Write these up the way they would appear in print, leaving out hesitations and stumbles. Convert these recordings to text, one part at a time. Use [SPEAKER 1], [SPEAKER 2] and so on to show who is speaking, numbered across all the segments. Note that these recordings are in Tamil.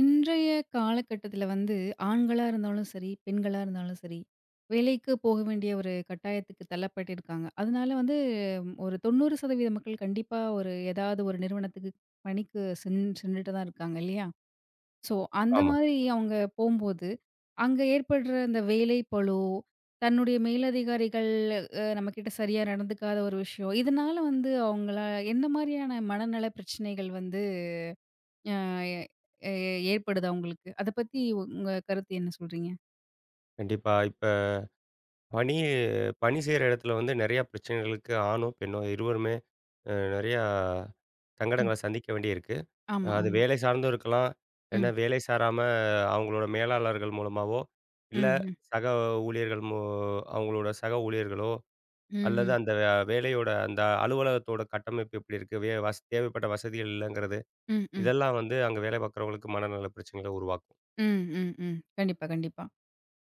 [SPEAKER 1] இன்றைய காலகட்டத்தில வந்து ஆண்களா இருந்தாலும் சரி, பெண்களா இருந்தாலும் சரி, வேலைக்கு போக வேண்டிய ஒரு கட்டாயத்துக்கு தள்ளப்பட்டிருக்காங்க. அதனால வந்து ம், ஒரு 90% மக்கள் கண்டிப்பா ஒரு ஏதாவது ஒரு நிறுவனத்துக்கு பணிக்கு சென்றுட்டு தான் இருக்காங்க இல்லையா? ஸோ அந்த
[SPEAKER 2] ஆமா.
[SPEAKER 1] மாதிரி அவங்க போம்போது, அங்க ஏற்படுற அந்த வேலை பளு, தன்னுடைய மேலதிகாரிகள் நம்மகிட்ட சரியா நடந்துக்காத ஒரு விஷயம், இதனால வந்து அவங்கள என்ன மாரியான மனநல பிரச்சனைகள் வந்து அ எ ஏற்படுதா உங்களுக்கு? அத பத்தி உங்க கருத்து என்ன சொல்றீங்க?
[SPEAKER 2] கண்டிப்பா. இப்ப பணி பணி செய்ற இடத்துல வந்து நெறையா பிரச்சனைகளுக்கு ஆணோ, பெண்ணோ இருவருமே நெறையா
[SPEAKER 1] ம்.
[SPEAKER 2] சங்கடங்கள சந்திக்க வேண்டியிருக்கு.
[SPEAKER 1] ஆமா,
[SPEAKER 2] அது
[SPEAKER 1] ஆமா.
[SPEAKER 2] வேலை சார்ந்தும் இருக்கலாம். இல்லன்னா
[SPEAKER 1] ம்.
[SPEAKER 2] வேலை சாராம அவங்களோட மேலாளர்கள் மூலமாவோ, இல்ல
[SPEAKER 1] ம். ம்.
[SPEAKER 2] சக ஊழியர்கள் மூ அவங்களோட சக ஊழியர்களோ, அல்லது
[SPEAKER 1] ம்ஹ்ம்.
[SPEAKER 2] அந்த வேலையோட அந்த அலுவலகத்தோட கட்டமைப்பு எப்படி இருக்கு? வே வஸ் தேவைப்பட்ட வசதிகள் இல்லங்கிறது.
[SPEAKER 1] ம். ம்.
[SPEAKER 2] இதெல்லாம் வந்து அங்க வேலை பார்க்குறவங்களுக்கு மனநல பிரச்சனைகள உருவாக்கும்.
[SPEAKER 1] ம். ம். ம். கண்டிப்பா, கண்டிப்பா.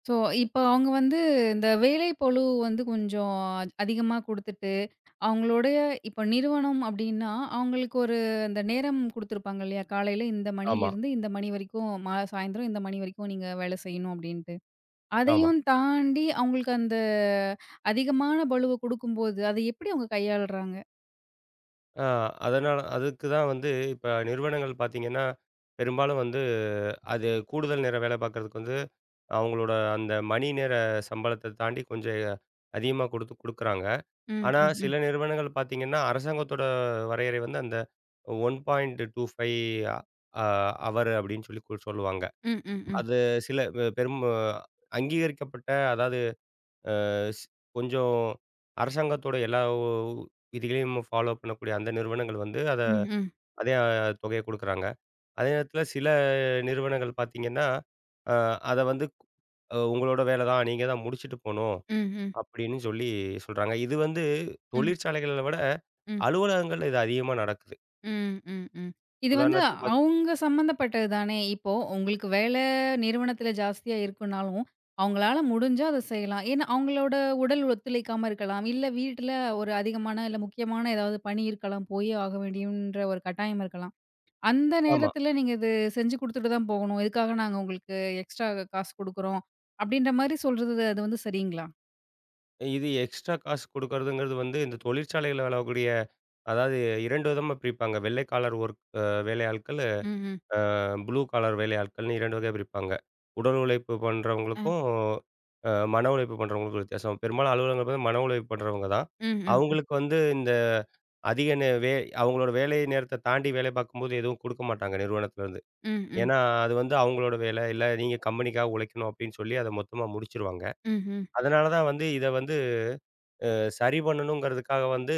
[SPEAKER 1] ஸோ, இப்ப அவங்க வந்து இந்த வேலை பளு வந்து கொஞ்சம் அதிகமா குடுத்துட்டு, அவங்களுடைய இப்ப நிறுவனம் அப்டின்னா, அவங்களுக்கு ஒரு அந்த நேரம் குடுத்துருப்பாங்க இல்லையா? காலையில இந்த
[SPEAKER 2] ஆமா,
[SPEAKER 1] மணியிலருந்து இந்த மணி வரைக்கும், மா சாயந்தரம் இந்த மணி வரைக்கும் நீங்க வேலை செய்யணும் அப்டின்ட்டு.
[SPEAKER 2] ஆமா.
[SPEAKER 1] அதையும் தாண்டி அவங்களுக்கு அந்த அதிகமான பளுவ குடுக்கும்போது, அத எப்படி அவங்க கையாளுறாங்க?
[SPEAKER 2] ஆ அதனால அதுக்கு தான் வந்து இப்ப நிறுவனங்கள் பார்த்தீங்கன்னா, பெரும்பாலும் வந்து அது கூடுதல் நேரம் வேலை பார்க்கறதுக்கு வந்து, அவங்களோட அந்த மணி நேர சம்பளத்த தாண்டி கொஞ்சம் அதிகமா குடுக்குறாங்க.
[SPEAKER 1] ம்,
[SPEAKER 2] ஆனா
[SPEAKER 1] ம், ம்.
[SPEAKER 2] சில நிறுவனங்கள் பார்த்தீங்கன்னா, அரசாங்கத்தோட வரையறை வந்து அந்த 1.25 அ அவர் அப்படின்னு சொல்லி சொல்லுவாங்க.
[SPEAKER 1] ம், ம், ம்.
[SPEAKER 2] அது சில பெரும் அங்கீகரிக்கப்பட்ட அதாவது ஸ் கொஞ்சம் அரசாங்கத்தோட எல்லா விதிகளையும் ஃபாலோ பண்ணக்கூடிய அந்த நிறுவனங்கள் வந்து
[SPEAKER 1] ம், ம்.
[SPEAKER 2] அதே தொகையை குடுக்குறாங்க. அதே நேரத்தில சில நிறுவனங்கள் பார்த்தீங்கன்னா, அ அத வந்து உங்களோட வேலை தான். நீங்க தான் முடிச்சுட்டு போணும்.
[SPEAKER 1] ம், ம்.
[SPEAKER 2] அப்படின்னு சொல்றாங்க. இது வந்து
[SPEAKER 1] ம்,
[SPEAKER 2] தொழிற்சாலைகள விட
[SPEAKER 1] ம்.
[SPEAKER 2] அலுவலகங்கள்ல இது அதிகமா நடக்குது.
[SPEAKER 1] ம், ம், ம். இது வந்து
[SPEAKER 2] உதாரணத்துக்கு
[SPEAKER 1] அவங்க சம்மந்தப்பட்டது தானே! இப்போ உங்களுக்கு வேலை நிறுவனத்தில ஜாஸ்தியா இருக்குனாலும், அவங்களால முடிஞ்சா அத செய்யலாம். ஏன்னா, அவங்களோட உடல் ஒத்துழைக்காம இருக்கலாம். இல்ல வீட்ல ஒரு அதிகமான, இல்ல முக்கியமான ஏதாவது பணி இருக்கலாம். போயே ஆக வேண்டியன்ற ஒரு கட்டாயம் இருக்கலாம். அந்த
[SPEAKER 2] ஆமா.
[SPEAKER 1] நேரத்துல நீங்க இது செஞ்சு குடுத்துட்டு தான் போகணும். இதுக்காக நாங்க உங்களுக்கு எக்ஸ்ட்ரா காசு குடுக்குறோம். அப்படின்ற மாரி சொல்றது அது வந்து சரிங்களா?
[SPEAKER 2] இது எக்ஸ்ட்ரா காசு குடுக்கறதுங்கிறது வந்து இந்த தொழிற்சாலைகள்ல வேலை கூடிய அதாவது 2 விதமா பிரிப்பாங்க. வெள்ளைக்காலர் ஒர்க் வேலையாட்கள்.
[SPEAKER 1] ம்ஹ்ம்.
[SPEAKER 2] ப்ளூ காலர் வேலையாட்கள்னு 2 வகையா பிரிப்பாங்க. உடல் உழைப்பு
[SPEAKER 1] அ.
[SPEAKER 2] பண்றவங்களுக்கும், அ மன உழைப்பு பண்றவங்களுக்கும் வித்தியாசம். பெரும்பாலும் அலுவலகங்கள் பாத்தா மன உழைப்பு பண்றவங்க தான்.
[SPEAKER 1] ம், ம், ம்.
[SPEAKER 2] அவங்களுக்கு வந்து இந்த அதிக நே வே அவங்களோட வேலை நேரத்த தாண்டி வேலை பார்க்கும்போது எதுவும் குடுக்க மாட்டாங்க நிறுவனத்துலருந்து.
[SPEAKER 1] ம், ம்.
[SPEAKER 2] ஏன்னா, அது வந்து அவங்களோட வேலை, இல்ல நீங்க கம்பெனிக்காக உழைக்கணும் அப்படின்னு சொல்லி அத மொத்தமா முடிச்சுருவாங்க.
[SPEAKER 1] ம்ஹ்ம்.
[SPEAKER 2] அதனால தான் வந்து இத வந்து சரி பண்ணணுங்கிறதுக்காக வந்து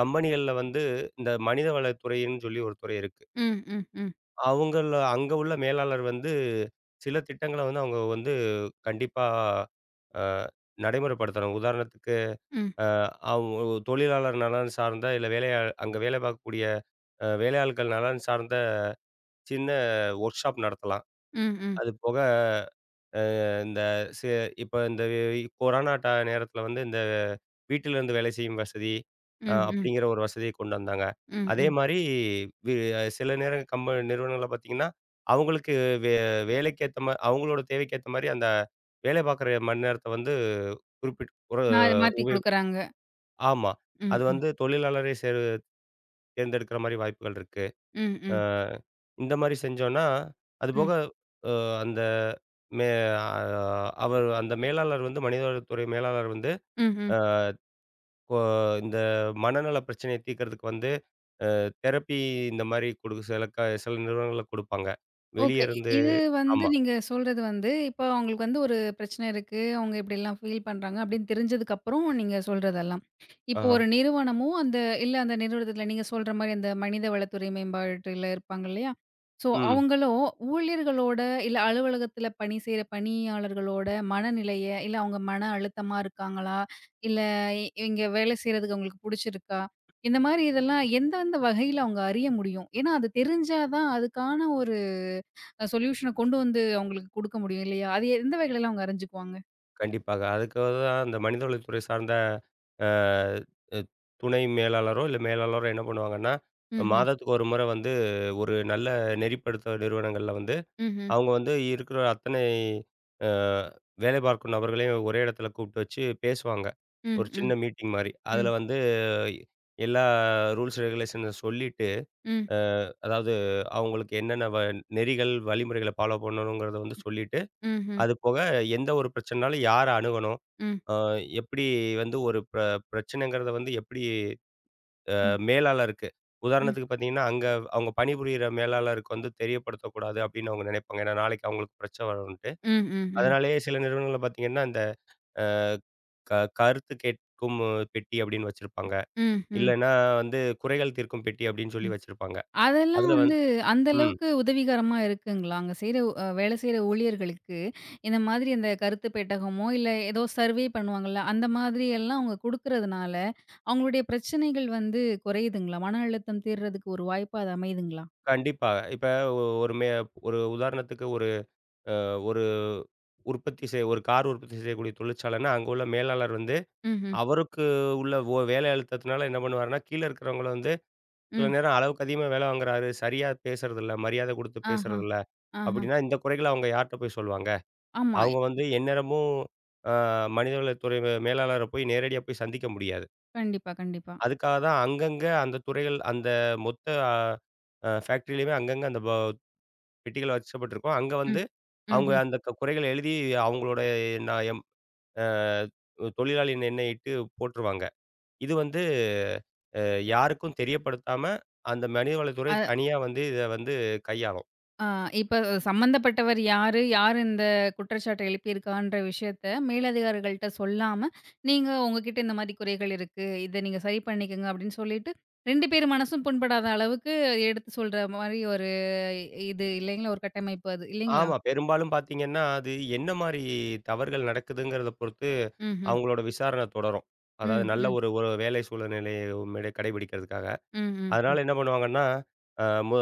[SPEAKER 2] கம்பெனிகள்ல வந்து இந்த மனிதவள துறைன்னு சொல்லி ஒரு துறை இருக்கு.
[SPEAKER 1] ம், ம், ம்.
[SPEAKER 2] அவங்கள அங்க உள்ள மேலாளர் வந்து, சில திட்டங்கள வந்து அவங்க வந்து கண்டிப்பா அ நடைமுறைப்படுத்தணும். உதாரணத்துக்கு,
[SPEAKER 1] ம்,
[SPEAKER 2] அ அவங்க ஒரு தொழிலாளர் நலன் சார்ந்த, இல்ல அங்க வேலை பார்க்கக்கூடிய வேலையாள்கள் நலன் சார்ந்த சின்ன ஒர்க் ஷாப் நடத்தலாம்.
[SPEAKER 1] ம், ம்.
[SPEAKER 2] அது போக, அ இந்த சி இப்ப இந்த கொரோனா நேரத்தில வந்து இந்த வீட்டிலிருந்து வேலை செய்யும் வசதி,
[SPEAKER 1] ம், ம்.
[SPEAKER 2] அப்படிங்கிற ஒரு வசதிய கொண்டு வந்தாங்க.
[SPEAKER 1] ம்,
[SPEAKER 2] அதே
[SPEAKER 1] ம்.
[SPEAKER 2] மாரி வி சில நேரம் நிறுவனங்கள்ல பார்த்தீங்கன்னா, அவங்களுக்கு வே வேலைக்கேத்த மா அவங்களோட தேவைக்கேத்த மாரி அந்த வேலை பார்க்குற மணி நேரத்த வந்து குறிப்பிட்டு ஒரு
[SPEAKER 1] மாத்தி மாத்தி
[SPEAKER 2] உபயோ
[SPEAKER 1] குடுக்குறாங்க.
[SPEAKER 2] ஆமா.
[SPEAKER 1] ம்,
[SPEAKER 2] அது
[SPEAKER 1] ம்.
[SPEAKER 2] வந்து தொழிலாளரே தேர்ந்தெடுக்கிற மாரி வாய்ப்புகள் இருக்கு.
[SPEAKER 1] ம்,
[SPEAKER 2] அ
[SPEAKER 1] ம்.
[SPEAKER 2] இந்த மாரி செஞ்சோம்னா, அதுபோக
[SPEAKER 1] ம்.
[SPEAKER 2] அ அந்த மே அ அந்த மேலாளர் வந்து மனிதவளத்துறை மேலாளர் வந்து,
[SPEAKER 1] ம்ஹ்ம்.
[SPEAKER 2] அ கொ இந்த மனநல பிரச்சனைய தீர்க்கிறதுக்கு வந்து தெரப்பி இந்த மாரி குடுக்க சில நிறுவனங்கள்ல குடுப்பாங்க.
[SPEAKER 1] ஓகே.
[SPEAKER 2] வெளிய
[SPEAKER 1] இ
[SPEAKER 2] இருந்து
[SPEAKER 1] இது வந்து
[SPEAKER 2] ஆமா.
[SPEAKER 1] நீங்க சொல்றது வந்து, இப்போ அவங்களுக்கு வந்து ஒரு பிரச்சனை இருக்கு. அவங்க இப்படிலாம் ஃபீல் பண்றாங்க அப்படின்னு தெரிஞ்சதுக்கப்புறம் நீங்க சொல்றதெல்லாம். இப்போ
[SPEAKER 2] ஆஹா.
[SPEAKER 1] ஒரு நிறுவனமும் அந்த இல்ல அந்த நிறுவனத்தில நீங்க சொல்ற மாரி அந்த மனித வளத்துறை மேம்பாட்டுல இருப்பாங்க இல்லையா? ஸோ
[SPEAKER 2] ம்.
[SPEAKER 1] அவங்களும் ஊழியர்களோட இல்ல அலுவலகத்தில பணி செய்ற பணியாளர்களோட மனநிலைய, இல்ல அவங்க மன அழுத்தமா இருக்காங்களா? இல்ல இ இங்க வேலை செய்றதுக்கு அவங்களுக்கு புடிச்சிருக்கா? இந்த மாரி இதெல்லாம் எந்தெந்த வகையில அவங்க அறிய முடியும்? ஏன்னா அது தெரிஞ்சா தான் அதுக்கான ஒரு சொல்யூஷன கொண்டு வந்து அவங்களுக்கு குடுக்க முடியும் இல்லையா? அது எந்த வகையிலலாம் அவங்க அறிஞ்சுக்குவாங்க?
[SPEAKER 2] கண்டிப்பாக. அதுக்காக தான் அந்த மனித வளத்துறை சார்ந்த அ அ துணை மேலாளரோ, இல்ல மேலாளரோ என்ன பண்ணுவாங்கன்னா,
[SPEAKER 1] ம்ஹ்ம்.
[SPEAKER 2] மாதத்துக்கு ஒரு முறை வந்து ஒரு நல்ல நெறிப்படுத்த நிறுவனங்கள்ல வந்து,
[SPEAKER 1] ம்ஹ்ம்.
[SPEAKER 2] அவங்க வந்து இருக்கிற அத்தனை அ வேலை பார்க்கும் நபர்களையும் ஒரே இடத்துல கூப்பிட்டு வச்சு பேசுவாங்க.
[SPEAKER 1] ம்,
[SPEAKER 2] ஒரு
[SPEAKER 1] ம்,
[SPEAKER 2] சின்ன மீட்டிங் மாரி. அதுல
[SPEAKER 1] ம்,
[SPEAKER 2] வந்து எல்லா ரூல்ஸ் ரெகுலேஷன சொல்லிட்டு
[SPEAKER 1] ம்,
[SPEAKER 2] அதாவது அவங்களுக்கு என்னென்ன வ நெறிகள், வழிமுறைகளை ஃபாலோ பண்ணணுங்கிறத வந்து சொல்லிட்டு,
[SPEAKER 1] ம்ஹ்ம்.
[SPEAKER 2] அது போக எந்த ஒரு பிரச்சனைனாலும் யார அணுகணும்?
[SPEAKER 1] ம்,
[SPEAKER 2] அ எப்படி வந்து ஒரு பிரச்சனைங்கிறத வந்து எப்படி
[SPEAKER 1] ம்,
[SPEAKER 2] மேலாளருக்கு
[SPEAKER 1] ம்,
[SPEAKER 2] உதாரணத்துக்கு பார்த்தீங்கன்னா, அங்க அவங்க பணிபுரியிற மேலாளருக்கு வந்து தெரியப்படுத்தக்கூடாது அப்படின்னு அவங்க நினைப்பாங்க. ஏன்னா நாளைக்கு அவங்களுக்கு பிரச்சனை வரும்ன்ட்டு.
[SPEAKER 1] ம், ம், ம்,
[SPEAKER 2] அதனாலேயே சில நிறுவனங்கள்ல பார்த்தீங்கன்னா, இந்த க கருத்து கேட்கும் பெட்டி அப்படின்னு வச்சிருப்பாங்க.
[SPEAKER 1] ம், ம்,
[SPEAKER 2] இல்லன்னா வந்து குறைகள் தீர்க்கும் பெட்டி அப்படின்னு
[SPEAKER 1] ம்.
[SPEAKER 2] சொல்லி வச்சிருப்பாங்க.
[SPEAKER 1] அதெல்லாம்
[SPEAKER 2] அதுல வந்து
[SPEAKER 1] வந்து அந்த
[SPEAKER 2] ம்.
[SPEAKER 1] அளவுக்கு உதவிகரமா இருக்குங்களா? அங்க செய்ற அ வேலை செய்ற ஊழியர்களுக்கு, இந்த மாதிரி அந்த கருத்து பெட்டகமோ, இல்ல ஏதோ சர்வே பண்ணுவாங்கல்ல, அந்த மாதிரி எல்லாம் அவங்க குடுக்கறதுனால, அவங்களுடைய பிரச்சனைகள் வந்து குறையுதுங்களா? மன அழுத்தம் தீர்றதுக்கு ஒரு வாய்ப்பா அது அமையுதுங்களா?
[SPEAKER 2] கண்டிப்பா. இப்ப ஒரு ஒரு உதாரணத்துக்கு ஒரு ஒரு உற்பத்தி செய் ஒரு கார் உற்பத்தி செய்யக்கூடிய தொழிற்சாலைன்னா, அங்க உள்ள மேலாளர் வந்து,
[SPEAKER 1] ம்ஹ்ம்.
[SPEAKER 2] அவருக்கு உள்ள வேலை அழுத்தத்தினால என்ன பண்ணுவாருன்னா, கீழ இருக்கிறவங்கள வந்து சில
[SPEAKER 1] ம்.
[SPEAKER 2] நேரம் அளவுக்கு அதிகமா வேலை வாங்குறாரு, சரியா பேசுறதில்ல, மரியாதை குடுத்து
[SPEAKER 1] ஆஹா,
[SPEAKER 2] பேசுறதில்ல,
[SPEAKER 1] ஆஹா.
[SPEAKER 2] அப்படின்னா இந்த குறைகள அவங்க யார்ட்ட போய் சொல்லுவாங்க?
[SPEAKER 1] ஆமா.
[SPEAKER 2] அவங்க வந்து எந்நேரமும் அ மனிதவளத்துறை மேலாளர போய் நேரடியா போய் சந்திக்க முடியாது.
[SPEAKER 1] கண்டிப்பா, கண்டிப்பா.
[SPEAKER 2] அதுக்காக தான் அங்கங்க அந்த துறைகள் அந்த மொத்த ஃபேக்டரியிலயுமே அங்கங்க அந்த பெட்டிகள் வச்சப்பட்டிருக்கும். அங்க வந்து
[SPEAKER 1] ம்.
[SPEAKER 2] அவங்க
[SPEAKER 1] ம்ஹ்ம்.
[SPEAKER 2] அந்த குறைகள எழுதி அவங்களோட நான் எம் அ தொழிலாளியின் எண்ணெயிட்டு போட்டுருவாங்க. இது வந்து அ யாருக்கும் தெரியப்படுத்தாம அந்த மனிதவளத்துறை
[SPEAKER 1] அ
[SPEAKER 2] தனியா வந்து இத வந்து கையாளும்.
[SPEAKER 1] ஆ இப்ப சம்மந்தப்பட்டவர் யாரு? யார் இந்த குற்றச்சாட்ட எழுப்பியிருக்கான்ற விஷயத்த மேலதிகாரிகள்ட்ட சொல்லாம, நீங்க உங்ககிட்ட இந்த மாரி குறைகள் இருக்கு. இத நீங்க சரி பண்ணிக்கங்க அப்படின்னு சொல்லிட்டு 2 பேர் மனசும் புண்படாத அளவுக்கு எடுத்து சொல்ற மாரி ஒரு இது இல்லைங்களா? ஒரு கட்டமைப்பு அது இல்லைங்களா?
[SPEAKER 2] ஆமா. பெரும்பாலும் பார்த்தீங்கன்னா, அது என்ன மாரி தவறுகள் நடக்குதுங்கிறத பொறுத்து
[SPEAKER 1] ம்ஹ்ம்.
[SPEAKER 2] அவங்களோட விசாரணை தொடரும். அதாவது
[SPEAKER 1] ம்,
[SPEAKER 2] நல்ல
[SPEAKER 1] ம்,
[SPEAKER 2] ஒரு ஒரு வேலை சூழ்நிலைய கடைபிடிக்கிறதுக்காக.
[SPEAKER 1] ம், ம், ம்,
[SPEAKER 2] அதனால என்ன பண்ணுவாங்கன்னா, அ மு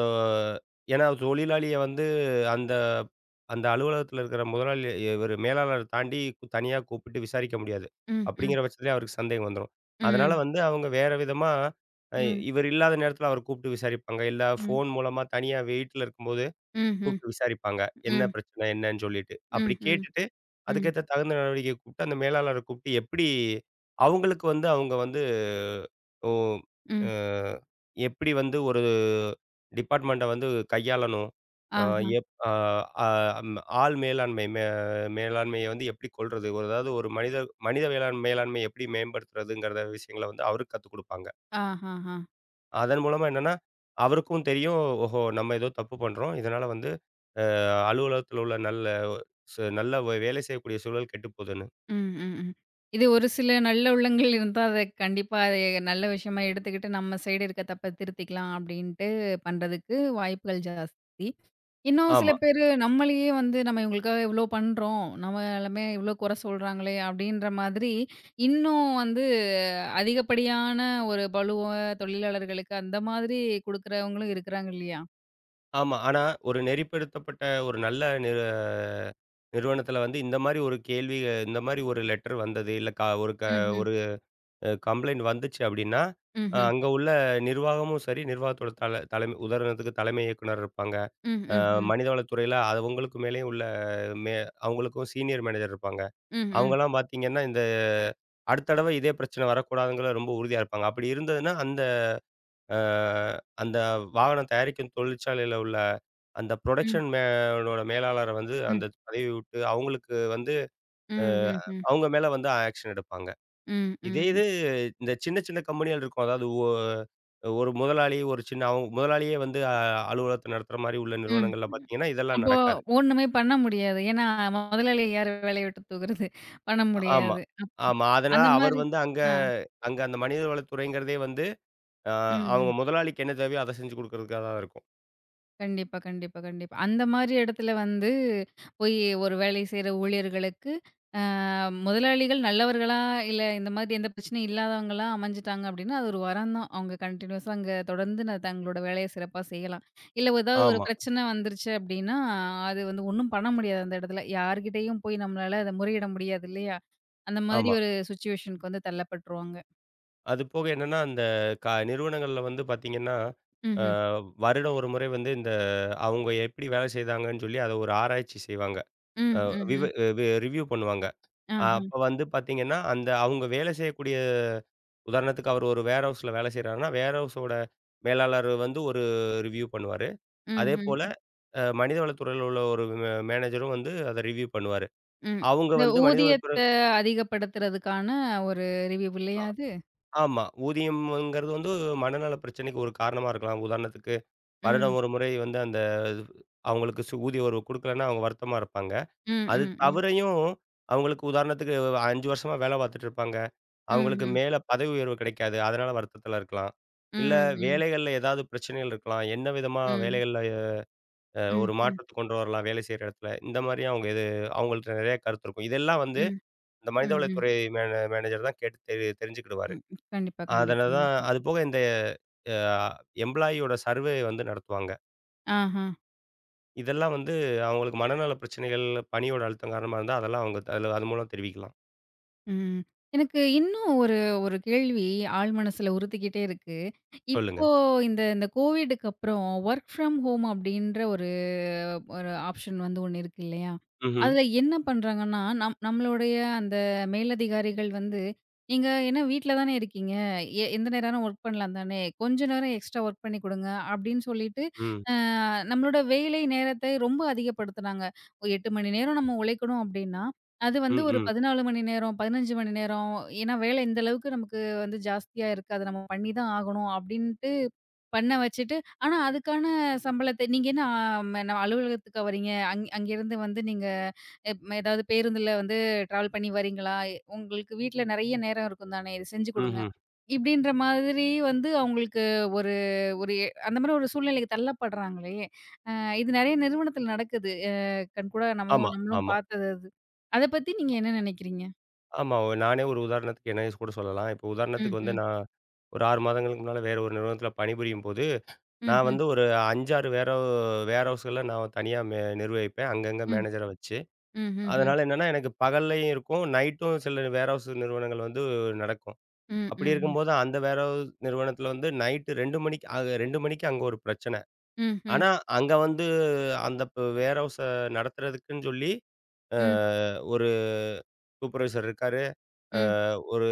[SPEAKER 2] ஏன்னா தொழிலாளிய வந்து அந்த அந்த அலுவலகத்தில இருக்கிற முதலாளி இவரு மேலாளர தாண்டி தனியா கூப்பிட்டு விசாரிக்க முடியாது.
[SPEAKER 1] ம், ம்,
[SPEAKER 2] அப்படிங்கிற பட்சத்திலே அவருக்கு சந்தேகம் வந்துரும். அதனால
[SPEAKER 1] ம்,
[SPEAKER 2] வந்து அவங்க வேற விதமா அ
[SPEAKER 1] ம்,
[SPEAKER 2] இவர் இல்லாத நேரத்தில அவர கூப்பிட்டு விசாரிப்பாங்க. இல்ல
[SPEAKER 1] ம்,
[SPEAKER 2] ஃபோன் மூலமா தனியா வீட்ல இருக்கும்போது
[SPEAKER 1] ம்ஹ்ம்.
[SPEAKER 2] கூப்பிட்டு விசாரிப்பாங்க. என்ன
[SPEAKER 1] ம்,
[SPEAKER 2] பிரச்சனை என்னன்னு சொல்லிட்டு. அப்படி
[SPEAKER 1] ம்ஹ்ம்.
[SPEAKER 2] கேட்டுட்டு
[SPEAKER 1] ம்,
[SPEAKER 2] அதுக்கேத்த தகுந்த நடவடிக்கை கூப்பிட்டு அந்த மேலாளர கூப்பிட்டு எப்படி அவங்களுக்கு வந்து அவங்க வந்து ஓ! அ
[SPEAKER 1] ம்,
[SPEAKER 2] எப்படி வந்து ஒரு டிபார்ட்மெண்ட்ட வந்து கையாளணும்? அ
[SPEAKER 1] ஆஹா,
[SPEAKER 2] எப் அ அ அம் ஆள் மேலாண்மை மேலாண்மைய வந்து எப்படி கொள்றது? ஒரு அதாவது ஒரு மனித மனித மேலாண்மைய எப்படி மேம்படுத்துறதுங்கிறத விஷயங்கள வந்து அவருக்கு கத்துக் குடுப்பாங்க.
[SPEAKER 1] ஆஹாஹா.
[SPEAKER 2] அதன் மூலமா என்னன்னா, அவருக்கும் தெரியும். ஓஹோ! நம்ம ஏதோ தப்பு பண்றோம். இதனால வந்து அ அலுவலகத்தில உள்ள நல்ல வேலை செய்யக்கூடிய சூழல் கெட்டுப் போகுதுன்னு.
[SPEAKER 1] ம், ம், ம். இது ஒரு சில நல்ல உள்ளங்கள் இருந்தா, அத கண்டிப்பா அது நல்ல விஷயமா எடுத்துக்கிட்டு, நம்ம சைடு இருக்க தப்ப திருத்திக்கலாம் அப்படின்ட்டு பண்றதுக்கு வாய்ப்புகள் ஜாஸ்தி. இன்னும் சில
[SPEAKER 2] ஆமா.
[SPEAKER 1] பேரு நம்மளையே வந்து, "நம்ம இவங்களுக்காக இவ்ளோ பண்றோம். நம்மளமே இவ்ளோ குறை சொல்றாங்களே!" அப்படின்ற மாதிரி, இன்னும் வந்து அதிகப்படியான ஒரு பளுவ தொழிலாளர்களுக்கு அந்த மாதிரி குடுக்குறவங்களும் இருக்கிறாங்க இல்லையா?
[SPEAKER 2] ஆமா. ஆனா, ஒரு நெறிப்படுத்தப்பட்ட ஒரு நல்ல நிறுவனத்தில வந்து இந்த மாரி ஒரு லெட்டர் வந்தது. இல்ல க ஒரு க
[SPEAKER 1] ம்ஹ்ம்.
[SPEAKER 2] ஒரு கம்ப்ளைண்ட் வந்துச்சு அப்டின்னா,
[SPEAKER 1] ம்ஹ்ம்.
[SPEAKER 2] அங்க உள்ள நிர்வாகமும் சரி, நிர்வாகத்தோட தலைமை உதாரணத்துக்கு தலைமை இயக்குனர் இருப்பாங்க.
[SPEAKER 1] ம்,
[SPEAKER 2] அ
[SPEAKER 1] ம், ம்.
[SPEAKER 2] மனிதவளத்துறையில அவங்களுக்கு மேலேயும் உள்ள மே அவங்களுக்கும் சீனியர் மேனேஜர் இருப்பாங்க.
[SPEAKER 1] ம், ம்.
[SPEAKER 2] அவங்கலாம் பார்த்தீங்கன்னா, இந்த அடுத்த தடவ இதே பிரச்சனை வரக்கூடாதுங்கிற ரொம்ப உறுதியா இருப்பாங்க. அப்படி இருந்ததுன்னா, அந்த அ அந்த வாகனம் தயாரிக்கும் தொழிற்சாலையில உள்ள அந்த
[SPEAKER 1] ம்,
[SPEAKER 2] புரொடக்ஷன் ஓட மேலாளர வந்து
[SPEAKER 1] ம்.
[SPEAKER 2] அந்த பதவி விட்டு அவங்களுக்கு வந்து அ
[SPEAKER 1] ம், ம், ம்.
[SPEAKER 2] அவங்க மேல வந்து ஆக்ஷன் எடுப்பாங்க.
[SPEAKER 1] ம், ம்.
[SPEAKER 2] இதே
[SPEAKER 1] ம்.
[SPEAKER 2] இது இந்த சின்ன சின்ன கம்பெனிகள் இருக்கும். அதாவது ஒரு முதலாளி ஒரு சின்ன அவங்க முதலாளியே வந்து அலுவலகத்த நடத்துற மாரி உள்ள
[SPEAKER 1] ம்
[SPEAKER 2] நிறுவனங்கள்ல
[SPEAKER 1] ம்
[SPEAKER 2] பார்த்தீங்கன்னா, இதெல்லாம்
[SPEAKER 1] அப்போ
[SPEAKER 2] நடக்காது.
[SPEAKER 1] ஒண்ணுமே பண்ண முடியாது. ஏன்னா, முதலாளி யாரு வேலைய விட்டு தூக்குறது? பண்ண
[SPEAKER 2] ஆமா.
[SPEAKER 1] முடியாது.
[SPEAKER 2] ஆமா. அதனால
[SPEAKER 1] அந்த
[SPEAKER 2] அவர்
[SPEAKER 1] மாரி
[SPEAKER 2] வந்து அங்க
[SPEAKER 1] ஆ.
[SPEAKER 2] அங்க அந்த மனிதவள துறைங்கிறதே வந்து அ
[SPEAKER 1] ம்,
[SPEAKER 2] அவங்க
[SPEAKER 1] ம்.
[SPEAKER 2] முதலாளிக்கு என்ன தேவையோ அத செஞ்சு குடுக்கறதுக்காக தான் இருக்கும்.
[SPEAKER 1] கண்டிப்பா, கண்டிப்பா, கண்டிப்பா. அந்த மாரி இடத்துல வந்து போய் ஒரு வேலை செய்ற ஊழியர்களுக்கு அ முதலாளிகள் நல்லவர்களா, இல்ல இந்த மாதிரி எந்த பிரச்சனையும் இல்லாதவங்களா அமைஞ்சுட்டாங்க அப்டின்னா, அது ஒரு வரம் தான். அவங்க கன்டினியூஸா அங்க தொடர்ந்து நான் தங்களோட வேலைய சிறப்பா செய்யலாம். இல்ல ஏதாவது ஒரு
[SPEAKER 2] ஆமா,
[SPEAKER 1] பிரச்சனை வந்துருச்சு அப்டின்னா, அது வந்து ஒண்ணும் பண்ண முடியாது அந்த இடத்துல. யார்கிட்டயும் போய் நம்மளால அத முறையிட முடியாது இல்லையா? அந்த மாதிரி
[SPEAKER 2] ஆமா.
[SPEAKER 1] ஒரு சிச்சுவேஷனுக்கு வந்து தள்ளப்பட்டுருவாங்க.
[SPEAKER 2] அது போக என்னன்னா, அந்த நிறுவனங்கள்ல வந்து பார்த்தீங்கன்னா, அ
[SPEAKER 1] ம்ஹ்ம்.
[SPEAKER 2] வருடம் ஒரு முறை வந்து இந்த அவங்க எப்படி வேலை செய்தாங்கன்னு சொல்லி அத ஒரு ஆராய்ச்சி செய்வாங்க.
[SPEAKER 1] ம்,
[SPEAKER 2] அ விவ
[SPEAKER 1] ம்ஹ்ம்.
[SPEAKER 2] வி ரிவ்யூ பண்ணுவாங்க.
[SPEAKER 1] ஆஹ.
[SPEAKER 2] அப்ப வந்து பார்த்தீங்கன்னா, அந்த அவங்க வேலை செய்யக்கூடிய உதாரணத்துக்கு அவர் ஒரு வேர் ஹவுஸ்ல வேலை செய்றாருன்னா, வேர் ஹவுஸோட மேலாளர் வந்து ஒரு ரிவ்யூ பண்ணுவாரு.
[SPEAKER 1] ம்ஹ்ம்.
[SPEAKER 2] அதேபோல
[SPEAKER 1] ம்.
[SPEAKER 2] மனிதவளத் துறையில உள்ள ஒரு மேனேஜரும் வந்து அத ரிவ்யூ பண்ணுவாரு.
[SPEAKER 1] ம் ம்
[SPEAKER 2] அவங்க
[SPEAKER 1] இந்த
[SPEAKER 2] வந்து மனிதவளத்துறை
[SPEAKER 1] ஊதியத்த அதிகப்படுத்துறதுக்கான ஒரு ரிவ்யூ இல்லையா அது?
[SPEAKER 2] ஆமா. ஊதியம்ங்கிறது வந்து மனநல பிரச்சனைக்கு ஒரு காரணமா இருக்கலாம். உதாரணத்துக்கு
[SPEAKER 1] ம்.
[SPEAKER 2] வருடம் ஒரு முறை வந்து அந்த அவங்களுக்கு ஊதிய உயர்வு குடுக்கலன்னா, அவங்க வருத்தமா இருப்பாங்க.
[SPEAKER 1] ம்,
[SPEAKER 2] அது
[SPEAKER 1] ம். ம்
[SPEAKER 2] தவிரையும் அவங்களுக்கு உதாரணத்துக்கு 5 வருஷமா வேலை பார்த்துட்டு இருப்பாங்க. அவங்களுக்கு
[SPEAKER 1] ம்ஹ்ம்.
[SPEAKER 2] மேல பதவி உயர்வு கிடைக்காது. அதனால வருத்தத்தில இருக்கலாம்.
[SPEAKER 1] ம்,
[SPEAKER 2] இல்ல
[SPEAKER 1] ம், ம்.
[SPEAKER 2] வேலைகள்ல ஏதாவது பிரச்சனைகள் இருக்கலாம். என்ன விதமா
[SPEAKER 1] ம்
[SPEAKER 2] வேலைகள்ல
[SPEAKER 1] ம்,
[SPEAKER 2] ஒரு
[SPEAKER 1] ம்,
[SPEAKER 2] மாற்றத்த கொண்டு வரலாம் வேலை செய்ற இடத்துல. இந்த மாரி அவங்கள்ட்ட நெறைய கருத்து இருக்கும். இதெல்லாம் வந்து
[SPEAKER 1] ம்,
[SPEAKER 2] இந்த
[SPEAKER 1] ம், ம்,
[SPEAKER 2] மனிதவளத்துறை மேனேஜர் தான் கேட்டு தெரிஞ்சுக்கிடுவாரு.
[SPEAKER 1] ம். கண்டிப்பா, கண்டிப்பா,
[SPEAKER 2] அதனால தான்
[SPEAKER 1] கண்டிப்பா.
[SPEAKER 2] அது போக இந்த அ எம்ப்ளாயி யோட சர்வே வந்து நடத்துவாங்க.
[SPEAKER 1] ஆஹா,
[SPEAKER 2] இதெல்லாம் வந்து அவங்களுக்கு மனநல பிரச்சனைகள், பணியோட அழுத்தம் காரணமா இருந்தா, அதெல்லாம் அவங்க அதுல அது மூலம் தெரிவிக்கலாம்.
[SPEAKER 1] ம். எனக்கு இன்னும் ஒரு ஒரு கேள்வி ஆழ் மனசுல உறுத்திக்கிட்டே இருக்கு.
[SPEAKER 2] சொல்லுங்க.
[SPEAKER 1] இப்போ இந்த இந்த கோவிடுக்கு அப்புறம் வொர்க் ஃப்ரம் ஹோம் அப்படின்ற ஒரு ஒரு ஆப்ஷன் வந்து ஒண்ணு இருக்கு இல்லையா?
[SPEAKER 2] ம்ஹ்ம்.
[SPEAKER 1] அதுல என்ன பண்றாங்கன்னா, நம்மளுடைய அந்த மேலதிகாரிகள் வந்து, "நீங்க என்ன வீட்ல தானே இருக்கீங்க. எந்த நேரம் ஒர்க் பண்ணலாம் தானே. கொஞ்ச நேரம் எக்ஸ்ட்ரா ஒர்க் பண்ணி குடுங்க." அப்படின்னு சொல்லிட்டு,
[SPEAKER 2] ம்.
[SPEAKER 1] அ நம்மளோட வேலை நேரத்தை ரொம்ப அதிகப்படுத்துனாங்க. 8 மணி நேரம் நம்ம உழைக்கணும் அப்படின்னா, அது வந்து
[SPEAKER 2] ம்,
[SPEAKER 1] ஒரு
[SPEAKER 2] ம்.
[SPEAKER 1] 14 மணி நேரம், 15 மணி நேரம். ஏன்னா வேலை இந்த அளவுக்கு நமக்கு வந்து ஜாஸ்தியா இருக்கு. அத நம்ம பண்ணி தான் ஆகணும் அப்படின்ட்டு பண்ண வச்சுட்டு ஆனா, அதுக்கான சம்பளத்த நீங்க என்ன அ ம ந அலுவலகத்துக்கா வரீங்க? அங்கேருந்து வந்து நீங்க எப் ம ஏதாவது பேருந்துல வந்து ட்ராவல் பண்ணி வரீங்களா? எ- உங்களுக்கு வீட்ல நெறைய நேரம் இருக்கும் தானே! இது செஞ்சு குடுங்க.
[SPEAKER 2] ம்ஹ்ம்.
[SPEAKER 1] இப்படின்ற மாதிரி வந்து அவங்களுக்கு ஒரு ஒரு எ அந்த மாரி ஒரு சூழ்நிலைக்கு தள்ளப்படுறாங்களே! அ இது நெறைய நிறுவனத்தில நடக்குது. அ கண்கூடா
[SPEAKER 2] ஆமா,
[SPEAKER 1] நம்மவும் நம்மளும்
[SPEAKER 2] ஆமா,
[SPEAKER 1] பார்த்தது அது. அத பத்தி நீங்க என்ன நெனைக்கிறீங்க?
[SPEAKER 2] ஆமா. நானே ஒரு உதாரணத்துக்கு என்னைய கூட சொல்லலாம். இப்போ உதாரணத்துக்கு வந்து
[SPEAKER 1] ம்ஹ்ம்.
[SPEAKER 2] நான் ஒரு 6 மாதங்களுக்கு முன்னால வேற ஒரு நிறுவனத்தில பணிபுரியும்போது, நான்
[SPEAKER 1] ம்ஹ்ம்.
[SPEAKER 2] வந்து ஒரு 5, 6 வேர் ஹவுஸ்கள நான் தனியா நிர்வகிப்பேன். அங்கங்க
[SPEAKER 1] ம்.
[SPEAKER 2] மேனேஜர வச்சு.
[SPEAKER 1] ம்ஹ்ஹ்ம்.
[SPEAKER 2] அதனால என்னன்னா, எனக்கு பகல்லேயும் இருக்கும், நைட்டும் சில வேர் ஹவுஸ் நிறுவனங்கள் வந்து நடக்கும்.
[SPEAKER 1] ம்.
[SPEAKER 2] அப்படி
[SPEAKER 1] ம். ம்.
[SPEAKER 2] இருக்கும்போது, அந்த வேற ஒரு நிறுவனத்தில வந்து நைட்டு 2 மணிக்கு 2 மணிக்கு அங்க ஒரு பிரச்சனை.
[SPEAKER 1] ம். ம். ம்.
[SPEAKER 2] ஆனா, அங்க வந்து அந்த வேர் ஹவுஸ நடத்துறதுக்குன்னு சொல்லி, அ
[SPEAKER 1] ம் ம் ம்
[SPEAKER 2] ஒரு சூப்பர்வைசர் இருக்காரு. அ
[SPEAKER 1] ம்
[SPEAKER 2] ஒரு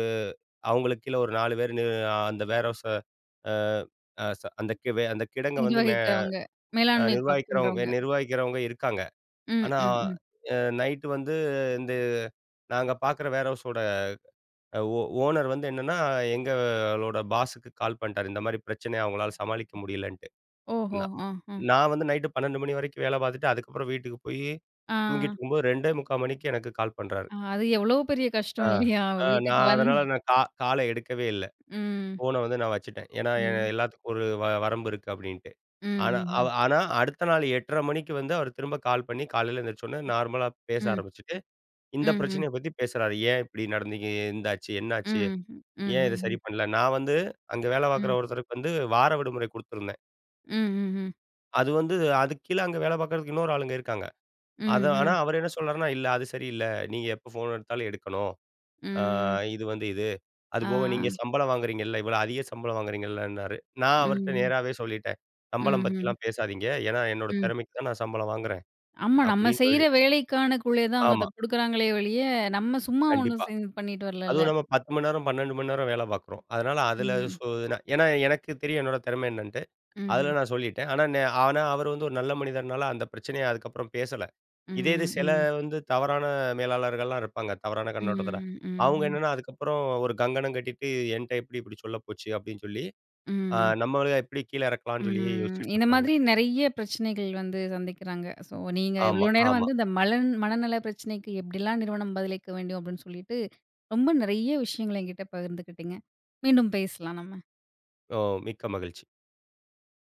[SPEAKER 2] அவங்களுக்கு கீழ ஒரு 4 பேரு அந்த வேர் ஹவுஸ அ அ ச அந்த கி வே அந்த கிடங்க வந்து மே
[SPEAKER 1] நிர்வகிக்கிறவங்க.
[SPEAKER 2] அ
[SPEAKER 1] மேலாண்மை
[SPEAKER 2] நிர்வகிக்கிறவங்க
[SPEAKER 1] பார்க்கின்றவங்க.
[SPEAKER 2] நிர்வகிக்கிறவங்க இருக்காங்க.
[SPEAKER 1] ம்,
[SPEAKER 2] ஆனா,
[SPEAKER 1] ம், ம்.
[SPEAKER 2] நைட்டு வந்து இந்த நாங்க பார்க்குற வேர் ஹவுஸோட அ ஓ ஓனர் வந்து என்னன்னா, எங்களோட பாஸுக்கு கால் பண்ணிட்டாரு. இந்த மாரி பிரச்சனைய அவங்களால சமாளிக்க முடியலன்ட்டு.
[SPEAKER 1] ஓஹோ!
[SPEAKER 2] நான்
[SPEAKER 1] ஆ, ஆ.
[SPEAKER 2] நான் வந்து நைட்டு 12 மணி வரைக்கும் வேலை பார்த்துட்டு, அதுக்கப்புறம் வீட்டுக்கு போயி
[SPEAKER 1] ஆ,
[SPEAKER 2] தூங்கிட்டு இருக்கும்போது 2:45 மணிக்கு எனக்கு கால் பண்றாரு.
[SPEAKER 1] ஆ. அது எவ்வளோ பெரிய
[SPEAKER 2] ஆ,
[SPEAKER 1] கஷ்டம் இல்லையா?
[SPEAKER 2] ஆ
[SPEAKER 1] வீட்டுக்கு
[SPEAKER 2] நான் அதனால
[SPEAKER 1] வந்து
[SPEAKER 2] நான் கால எடுக்கவே இல்ல.
[SPEAKER 1] ம்,
[SPEAKER 2] ஃபோன வந்து நான் வச்சுட்டேன். ஏன்னா,
[SPEAKER 1] ம்,
[SPEAKER 2] எல்லாத்துக்கும் ஒரு வரம்பு இருக்கு அப்டின்ட்டு.
[SPEAKER 1] ம்,
[SPEAKER 2] ஆனா, அவ
[SPEAKER 1] ம்ஹ்ம்.
[SPEAKER 2] ஆனா அடுத்த நாள் 8:30 மணிக்கு வந்து அவர் திரும்ப கால் பண்ணி காலையில எந்திரிச்சோனே நார்மலா பேச
[SPEAKER 1] ம்,
[SPEAKER 2] ஆரம்பிச்சுட்டு, இந்த
[SPEAKER 1] ம்ஹ்ம்.
[SPEAKER 2] பிரச்சனைய பத்தி பேசுறாரு. ஏன் இப்டி நடந்தீங்க? எந்தாச்சு? என்னாச்சு?
[SPEAKER 1] ம்,
[SPEAKER 2] ஏன் இத சரி
[SPEAKER 1] ம்ஹ்ஹ்ம்.
[SPEAKER 2] பண்ணல? நான் வந்து அங்க வேலை பார்க்குற
[SPEAKER 1] ம்,
[SPEAKER 2] ஒருத்தருக்கு வந்து வார விடுமுறை குடுத்துருந்தேன்.
[SPEAKER 1] ம்ஹ்ஹ்ம்.
[SPEAKER 2] அது வந்து அதுக்கு கீழ அங்க வேலை பார்க்குறதுக்கு இன்னொரு ஆளுங்க இருக்காங்க.
[SPEAKER 1] ம்ஹ்ம்.
[SPEAKER 2] ஆனா அவரு என்ன சொல்றாருன்னா, "இல்ல அது சரியில்ல. நீங்க எப்ப ஃபோன் எடுத்தாலும் எடுக்கணும். ஆ
[SPEAKER 1] ம்.
[SPEAKER 2] இது வந்து இது.
[SPEAKER 1] ஆ.
[SPEAKER 2] அதுபோக நீங்க சம்பளம் வாங்குறீங்கல்ல, இவ்வளோ அதிக சம்பளம் வாங்குறீங்கல்லன்னாரு." நான் அவர்ட்ட
[SPEAKER 1] ம்,
[SPEAKER 2] நேராவே சொல்லிட்டேன். "சம்பளம்
[SPEAKER 1] ம்ஹ்ம்.
[SPEAKER 2] பத்திலாம் பேசாதீங்க. ஏன்னா என்னோட
[SPEAKER 1] ம்.
[SPEAKER 2] திறமைக்கு தான் நான் சம்பளம் வாங்குறேன்."
[SPEAKER 1] ஆமா, நம்ம
[SPEAKER 2] அப்படின்னு
[SPEAKER 1] செய்ற
[SPEAKER 2] சொல்லி
[SPEAKER 1] வேலைக்கானக்குள்ளே தான் அவங்க அத
[SPEAKER 2] ஆமா.
[SPEAKER 1] குடுக்குறாங்களே ஒழிய, நம்ம சும்மா ஒண்ணும்
[SPEAKER 2] கண்டிப்பா.
[SPEAKER 1] பண்ணிட்டு வரலல்ல.
[SPEAKER 2] அதுவும் நம்ம 10 மணி நேரம், 12 மணி நேரம் வேலை பார்க்குறோம். அதனால அதுல
[SPEAKER 1] ம்,
[SPEAKER 2] ஏன்னா எனக்கு தெரியும் என்னோட திறமை என்னன்ட்டு. அதில
[SPEAKER 1] ம்ஹ்ம்.
[SPEAKER 2] நான் சொல்லிட்டேன். ஆனா அவர் வந்து ஒரு நல்ல மனிதர்னால அந்த பிரச்சனைய அதுக்கப்புறம் பேசல. இதே இது
[SPEAKER 1] ம்,
[SPEAKER 2] சில
[SPEAKER 1] ம்,
[SPEAKER 2] வந்து தவறான மேலாளர்கள்லாம் இருப்பாங்க. தவறான
[SPEAKER 1] ம்,
[SPEAKER 2] கண்ணோட்டத்தோட.
[SPEAKER 1] ம்,
[SPEAKER 2] அவங்க
[SPEAKER 1] ம்ஹ்ம்.
[SPEAKER 2] என்னன்னா அதுக்கப்புறம் ஒரு கங்கணம் கட்டிட்டு என்ட்ட எப்படி இப்படி சொல்ல போச்சு அப்படின்னு சொல்லி,
[SPEAKER 1] ம்ஹ்ம்.
[SPEAKER 2] நம்மள எப்படி கீழ இறக்கலாம்னு சொல்லி
[SPEAKER 1] ம்.
[SPEAKER 2] யோசிச்சுட்டு
[SPEAKER 1] இந்த
[SPEAKER 2] இருப்பாங்க.
[SPEAKER 1] மாதிரி நெறைய பிரச்சனைகள் வந்து சந்திக்கிறாங்க. ஸோ, நீங்க
[SPEAKER 2] ஆமா,
[SPEAKER 1] இவ்ளோ நேரம்
[SPEAKER 2] ஆமா.
[SPEAKER 1] வந்து இந்த மனநல பிரச்சனைக்கு எப்படிலாம் நிறுவனம் பதிலளிக்க வேண்டும் அப்படின்னு சொல்லிட்டு, ரொம்ப நெறைய விஷயங்கள என்கிட்ட பகிர்ந்துக்கிட்டீங்க. மீண்டும் பேசலாம் நம்ம.
[SPEAKER 2] ஓ! மிக்க மகிழ்ச்சி.